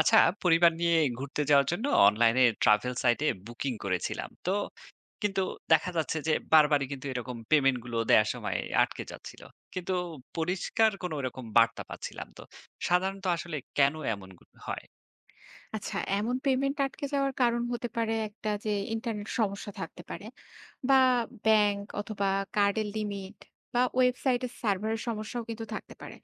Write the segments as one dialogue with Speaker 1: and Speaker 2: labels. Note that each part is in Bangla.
Speaker 1: আচ্ছা পরিবার নিয়ে ঘুরতে যাওয়ার জন্য অনলাইনে ট্রাভেল সাইটে বুকিং করেছিলাম তো কিন্তু দেখা যাচ্ছে যে বারবারই কিন্তু এরকম পেমেন্ট গুলো দেওয়ার সময় আটকে যাচ্ছিল কিন্তু পরিষ্কার কোনো এরকম বার্তা পাচ্ছিলাম তো সাধারণত আসলে কেন এমন হয়।
Speaker 2: আচ্ছা, এমন পেমেন্ট আটকে যাওয়ার কারণ হতে পারে একটা যে ইন্টারনেট সমস্যা থাকতে পারে বা ব্যাংক অথবা কার্ডের লিমিট বা ওয়েবসাইটের সার্ভারের সমস্যাও কিন্তু থাকতে পারে।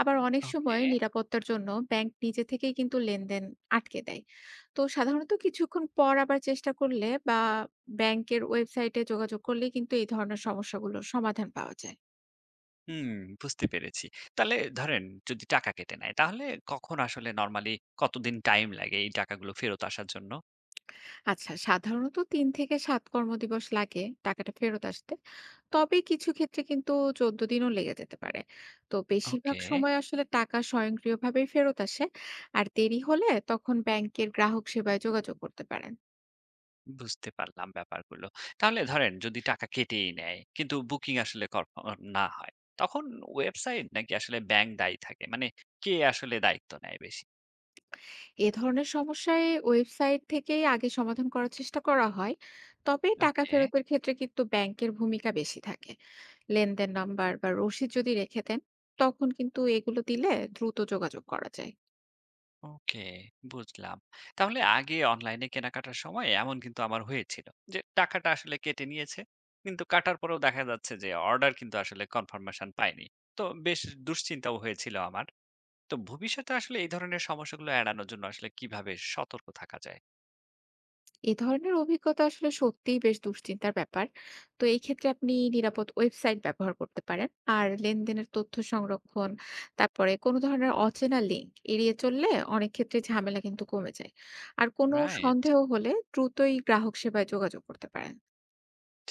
Speaker 2: আবার অনেক
Speaker 1: ওকে।
Speaker 2: সময় নিরাপত্তার জন্য ব্যাংক নিজে থেকেই কিন্তু লেনদেন আটকে দেয়। তো সাধারণত কিছুক্ষণ পর আবার চেষ্টা করলে বা ব্যাংকের ওয়েবসাইটে যোগাযোগ করলেই কিন্তু এই ধরনের সমস্যাগুলোর সমাধান পাওয়া যায়।
Speaker 1: হুম, বুঝতে পেরেছি। তাহলে ধরেন যদি টাকা কেটে নেয় তাহলে কখন আসলে নরমালি কতদিন টাইম লাগে এই টাকাগুলো ফেরত আসার জন্য?
Speaker 2: আচ্ছা, সাধারণত ৩ থেকে ৭ কর্মদিবস লাগে টাকাটা ফেরত আসতে। তবে কিছু ক্ষেত্রে কিন্তু ১৪ দিনও লেগে যেতে পারে। তো বেশিরভাগ
Speaker 1: ওকে।
Speaker 2: সময় আসলে টাকা স্বয়ংক্রিয়ভাবেই ফেরত আসে। আর দেরি হলে তখন ব্যাংকের গ্রাহক সেবায় যোগাযোগ করতে পারেন।
Speaker 1: বুঝতে পারলাম ব্যাপারগুলো। তাহলে ধরেন যদি টাকা কেটেই নেয় কিন্তু বুকিং আসলে কনফার্ম না হয়, তখন ওয়েবসাইট নাকি আসলে ব্যাংক দায়ী থাকে? মানে কে আসলে দায়িত্ব নেয় বেশি?
Speaker 2: এ ধরনের সমস্যায় ওয়েবসাইট থেকেই আগে সমাধান করার চেষ্টা করা হয়। তবে টাকা
Speaker 1: ওকে,
Speaker 2: ফেরতের ক্ষেত্রে কিন্তু ব্যাংকের ভূমিকা বেশি থাকে। লেনদেন নাম্বার বা রসিদ যদি রেখে দেন, তখন কিন্তু এগুলো দিলে দ্রুত যোগাযোগ করা যায়।
Speaker 1: ওকে বুঝলাম। তাহলে আগে অনলাইনে কেনাকাটার সময় এমন কিন্তু আমার হয়েছিল যে টাকাটা আসলে কেটে নিয়েছে। কিন্তু কাটার পরেও দেখা যাচ্ছে যে অর্ডার কিন্তু আসলে কনফার্মেশন পাইনি। তো বেশ দুশ্চিন্তাও হয়েছিল আমার। তো ভবিষ্যতে আসলে এই ধরনের সমস্যাগুলো এড়ানোর জন্য আসলে কিভাবে সতর্ক থাকা যায়?
Speaker 2: এ ধরনের অভিজ্ঞতা আসলে সত্যিই বেশ দুশ্চিন্তার ব্যাপার। তো এই ক্ষেত্রে আপনি নিরাপদ ওয়েবসাইট ব্যবহার করতে পারেন। আর লেনদেনের তথ্য সংরক্ষণ, তারপরে কোনো ধরনের অচেনা লিঙ্ক এড়িয়ে চললে অনেক ক্ষেত্রে ঝামেলা কিন্তু কমে যায়। আর কোনো
Speaker 1: রাইট।
Speaker 2: সন্দেহ হলে দ্রুতই গ্রাহক সেবায় যোগাযোগ করতে পারেন।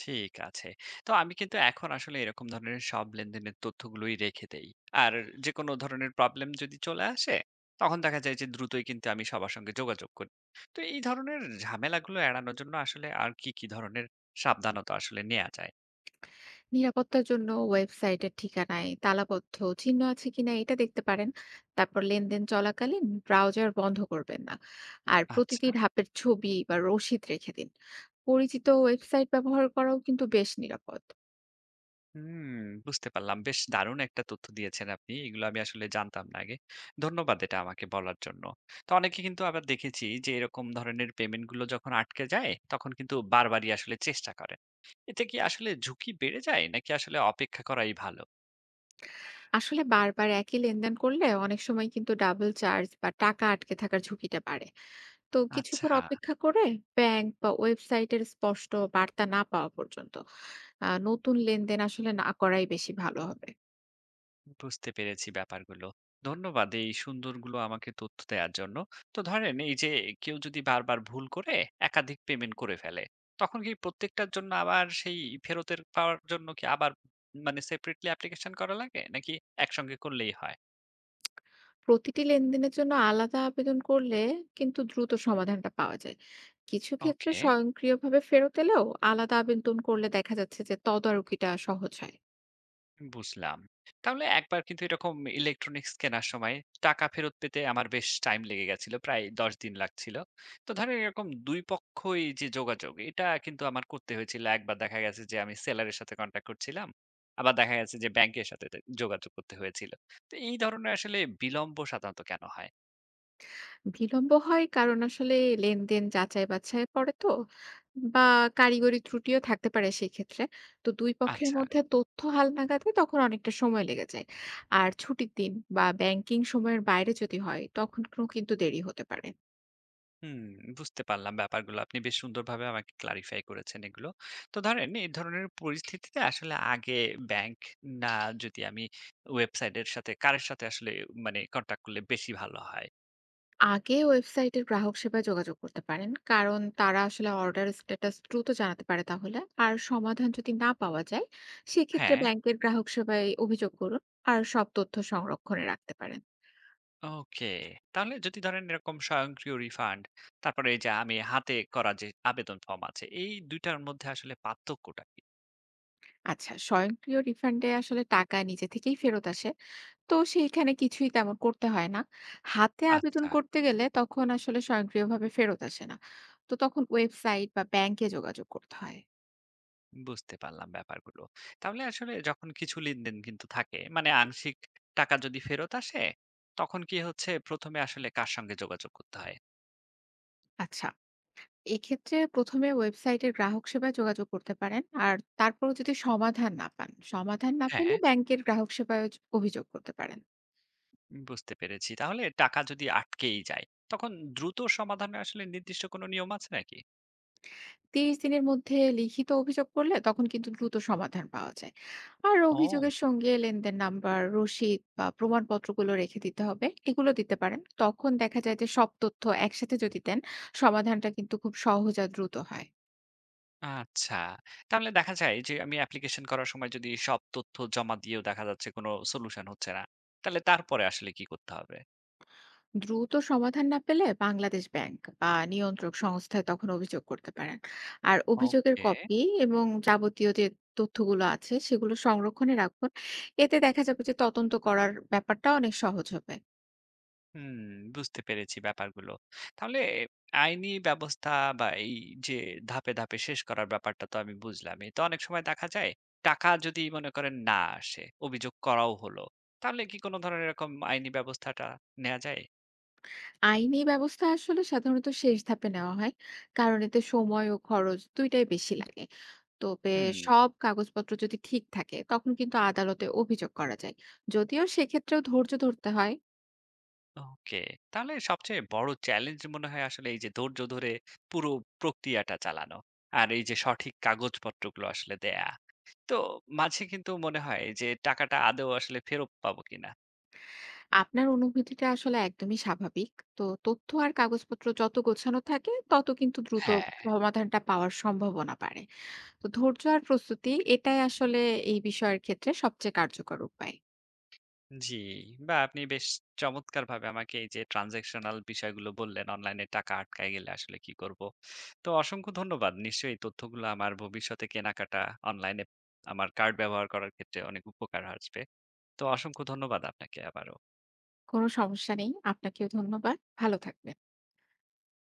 Speaker 1: ঠিক আছে। তো আমি কিন্তু এখন আসলে এরকম ধরনের সব লেনদেনের তথ্যগুলোই রেখে দেই। আর যেকোনো ধরনের প্রবলেম যদি চলে আসে, তখন দেখা যায় যে দ্রুতই কিন্তু আমি সবার সঙ্গে যোগাযোগ করি। তো এই ধরনের ঝামেলাগুলো এড়ানোর জন্য আসলে আর কি, কি ধরনের সাবধানতা আসলে নেয়া যায়?
Speaker 2: নিরাপত্তার জন্য ওয়েবসাইটের ঠিকানায় তালাবদ্ধ চিহ্ন আছে কিনা এটা দেখতে পারেন। তারপর লেনদেন চলাকালীন ব্রাউজার বন্ধ করবেন না। আর প্রতিটি
Speaker 1: আচ্ছা।
Speaker 2: ধাপের ছবি বা রসিদ রেখে দিন। পরিচিত ওয়েবসাইট ব্যবহার করাও কিন্তু বেশ নিরাপদ।
Speaker 1: হুম, বুঝতে পারলাম। বেশ দারুণ একটা তথ্য দিয়েছেন আপনি। এগুলো আমি আসলে জানতাম না আগে। ধন্যবাদ এটা আমাকে বলার জন্য। তো অনেকে কিন্তু আবার দেখেছি যে এরকম ধরনের পেমেন্ট গুলো যখন আটকে যায় তখন কিন্তু বারবারই আসলে চেষ্টা করেন। এতে কি আসলে ঝুঁকি বেড়ে যায় নাকি আসলে অপেক্ষা করাই ভালো?
Speaker 2: আসলে বারবার একই লেনদেন করলে অনেক সময় কিন্তু ডাবল চার্জ বা টাকা আটকে থাকার ঝুঁকিটা বাড়ে। তো
Speaker 1: আচ্ছা।
Speaker 2: কিছুক্ষণ অপেক্ষা করে ব্যাংক বা ওয়েবসাইটের স্পষ্ট বার্তা না পাওয়া পর্যন্ত নতুন লেনদেন আসলে না করাই বেশি ভালো হবে।
Speaker 1: বুঝতে পেরেছি ব্যাপারগুলো। ধন্যবাদ এই সুন্দরগুলো আমাকে তথ্য দেওয়ার জন্য। তো ধরেন এই যে কেউ যদি বারবার ভুল করে একাধিক পেমেন্ট করে ফেলে, তখন কি প্রত্যেকটার জন্য আবার সেই ফেরতের পাওয়ার জন্য কি আবার মানে সেপারেটলি অ্যাপ্লিকেশন করা লাগে? নাকি একসঙ্গে করলেই হয়?
Speaker 2: প্রতিটি লেনদেনের জন্য আলাদা আবেদন করলে কিন্তু দ্রুত সমাধানটা পাওয়া যায়। কিছু ক্ষেত্রে
Speaker 1: ওকে।
Speaker 2: স্বয়ংক্রিয়ভাবে ফেরত এলেও আলাদা আবেদন করলে দেখা যাচ্ছে যে তদারকিটা সহজ হয়।
Speaker 1: বুঝলাম। তাহলে একবার কিন্তু এরকম ইলেকট্রনিক্স কেনার সময় টাকা ফেরত পেতে আমার বেশ টাইম লেগে গেছিল। প্রায় ১০ দিন লাগছিল। তো ধরেন এরকম ২ পক্ষই যে যোগাযোগ এটা কিন্তু আমার করতে হয়েছিল। একবার দেখা গেছে যে আমি সেলারের সাথে কনট্যাক্ট করছিলাম। আবার দেখা গেছে যে ব্যাংকের সাথে তে যোগাযোগ করতে হয়েছিল। তো এই ধরনের আসলে বিলম্ব সাধারণত কেন হয়?
Speaker 2: বিলম্ব হয় কারণ আসলে লেনদেন যাচাই বাছাই পড়ে তো বা কারিগরি ত্রুটিও থাকতে পারে সেই ক্ষেত্রে। তো দুই পক্ষের
Speaker 1: আচ্ছা।
Speaker 2: মধ্যে তথ্য হালনাগাদে তখন অনেকটা সময় লেগে যায়। আর ছুটির দিন বা ব্যাংকিং সময়ের বাইরে যদি হয় তখন কিন্তু দেরি হতে পারে।
Speaker 1: হুম, বুঝতে পারলাম ব্যাপারগুলো। আপনি বেশ সুন্দরভাবে আমাকে ক্লারিফাই করেছেন এগুলো। তো ধরেন এই ধরনের পরিস্থিতিতে আসলে আগে ব্যাংক না যদি আমি ওয়েবসাইটের সাথে কারের সাথে আসলে মানে কনট্যাক্ট করলে বেশি ভালো হয়?
Speaker 2: আগে ওয়েবসাইটের গ্রাহক সেবায় যোগাযোগ করতে পারেন কারণ তারা আসলে অর্ডার স্ট্যাটাস দ্রুত জানাতে পারে তাহলে। আর সমাধান যদি না পাওয়া যায় সেক্ষেত্রে
Speaker 1: হ্যাঁ,
Speaker 2: ব্যাংকের গ্রাহক সেবায় অভিযোগ করুন। আর সব তথ্য সংরক্ষণে রাখতে পারেন।
Speaker 1: ওকে। তাহলে যদি ধরেন এরকম স্বয়ংক্রিয় রিফান্ড, তারপরে এই যে আমি হাতে করা যে আবেদন ফর্ম আছে, এই ২ টার মধ্যে আসলে পার্থক্যটা কি?
Speaker 2: আচ্ছা, স্বয়ংক্রিয় রিফান্ডে আসলে টাকা নিজে থেকেই ফেরত আসে। তো সেইখানে কিছুই তেমন করতে হয় না। হাতে আবেদন
Speaker 1: আচ্ছা।
Speaker 2: করতে গেলে তখন আসলে স্বয়ংক্রিয়ভাবে ফেরত আসে না। তো তখন ওয়েবসাইট বা ব্যাংকে যোগাযোগ করতে হয়।
Speaker 1: বুঝতে পারলাম ব্যাপারগুলো। তাহলে আসলে যখন কিছু লেনদেন কিন্তু থাকে, মানে আংশিক টাকা যদি ফেরত আসে, তখন কি হচ্ছে ১ম এ আসলে কার সঙ্গে যোগাযোগ করতে হয়?
Speaker 2: আচ্ছা, এক্ষেত্রে ১ম এ ওয়েবসাইটের গ্রাহক সেবায় যোগাযোগ করতে পারেন। আর তারপরেও যদি সমাধান না পান, সমাধান না পেলে
Speaker 1: হ্যাঁ।
Speaker 2: ব্যাংকের গ্রাহক সেবায় য অভিযোগ করতে পারেন।
Speaker 1: বুঝতে পেরেছি। তাহলে টাকা যদি আটকেই যায়, তখন দ্রুত সমাধানে আসলে নির্দিষ্ট কোনো নিয়ম আছে নাকি?
Speaker 2: ৩০ দিনের মধ্যে লিখিত অভিযোগ করলে তখন কিন্তু দ্রুত সমাধান পাওয়া যায়। আর
Speaker 1: ও!
Speaker 2: অভিযোগের সঙ্গে লেনদেন নাম্বার, রসিদ বা প্রমাণপত্রগুলো রেখে দিতে হবে। এগুলো দিতে পারেন। তখন দেখা যায় যে সব তথ্য একসাথে যদি দেন, সমাধানটা কিন্তু খুব সহজ আর দ্রুত হয়।
Speaker 1: আচ্ছা। তাহলে দেখা যায় যে আমি অ্যাপ্লিকেশন করার সময় যদি সব তথ্য জমা দিয়েও দেখা যাচ্ছে কোনো সলিউশন হচ্ছে না, তাহলে তারপরে আসলে কি করতে হবে?
Speaker 2: দ্রুত সমাধান না পেলে বাংলাদেশ ব্যাংক বা নিয়ন্ত্রক সংস্থায় তখন অভিযোগ করতে পারেন। আর অভিযোগের
Speaker 1: ওকে।
Speaker 2: কপি এবং যাবতীয় যে তথ্যগুলো আছে সেগুলো সংরক্ষণে রাখুন। এতে দেখা যাবে যে তদন্ত করার ব্যাপারটা অনেক সহজ হবে।
Speaker 1: হুম, বুঝতে পেরেছি ব্যাপারগুলো। তাহলে আইনি ব্যবস্থা বা এই যে ধাপে, ধাপে শেষ করার ব্যাপারটা তো আমি বুঝলামই। তো অনেক সময় দেখা যায় টাকা যদি মনে করেন না আসে, অভিযোগ করাও হলো। তাহলে কি কোন ধরনের এরকম আইনি ব্যবস্থাটা নেয়া যায়?
Speaker 2: আইনি ব্যবস্থা আসলে সাধারণত শেষ ধাপে নেওয়া হয় কারণ এতে সময় ও খরচ দুইটাই বেশি লাগে। তবে
Speaker 1: হুম,
Speaker 2: সব কাগজপত্র যদি ঠিক থাকে তখন কিন্তু আদালতে অভিযোগ করা যায়, যদিও সেক্ষেত্রেও ধৈর্য ধরতে হয়।
Speaker 1: ওকে। তাহলে সবচেয়ে বড় চ্যালেঞ্জ মনে হয় আসলে এই যে ধৈর্য ধরে পুরো প্রক্রিয়াটা চালানো। আর এই যে সঠিক কাগজপত্রগুলো আসলে দেয়া। তো মাঝে কিন্তু মনে হয় যে টাকাটা আদৌ আসলে ফেরত পাবো কিনা?
Speaker 2: আপনার অনুভূতিটা আসলে একদমই স্বাভাবিক। তো তথ্য আর কাগজপত্র যত গোছানো থাকে, তত কিন্তু দ্রুত
Speaker 1: হ্যাঁ।
Speaker 2: সমাধানটা পাওয়ার সম্ভাবনা বাড়ে। তো ধৈর্য আর প্রস্তুতি এটাই আসলে এই বিষয়ের ক্ষেত্রে সবচেয়ে কার্যকর উপায়।
Speaker 1: জি, বা আপনি বেশ চমৎকারভাবে আমাকে এই যে ট্রান্সেকশনাল বিষয়গুলো বললেন, অনলাইনে টাকা আটকায় গেলে আসলে কি করব? তো অসংখ্য ধন্যবাদ। নিশ্চয়ই এই তথ্যগুলো আমার ভবিষ্যতে কেনাকাটা অনলাইনে আমার কার্ড ব্যবহার করার ক্ষেত্রে অনেক উপকার আসবে। তো অসংখ্য ধন্যবাদ আপনাকে আবারও।
Speaker 2: কোনো সমস্যা নেই। আপনাকেও ধন্যবাদ। ভালো থাকবেন।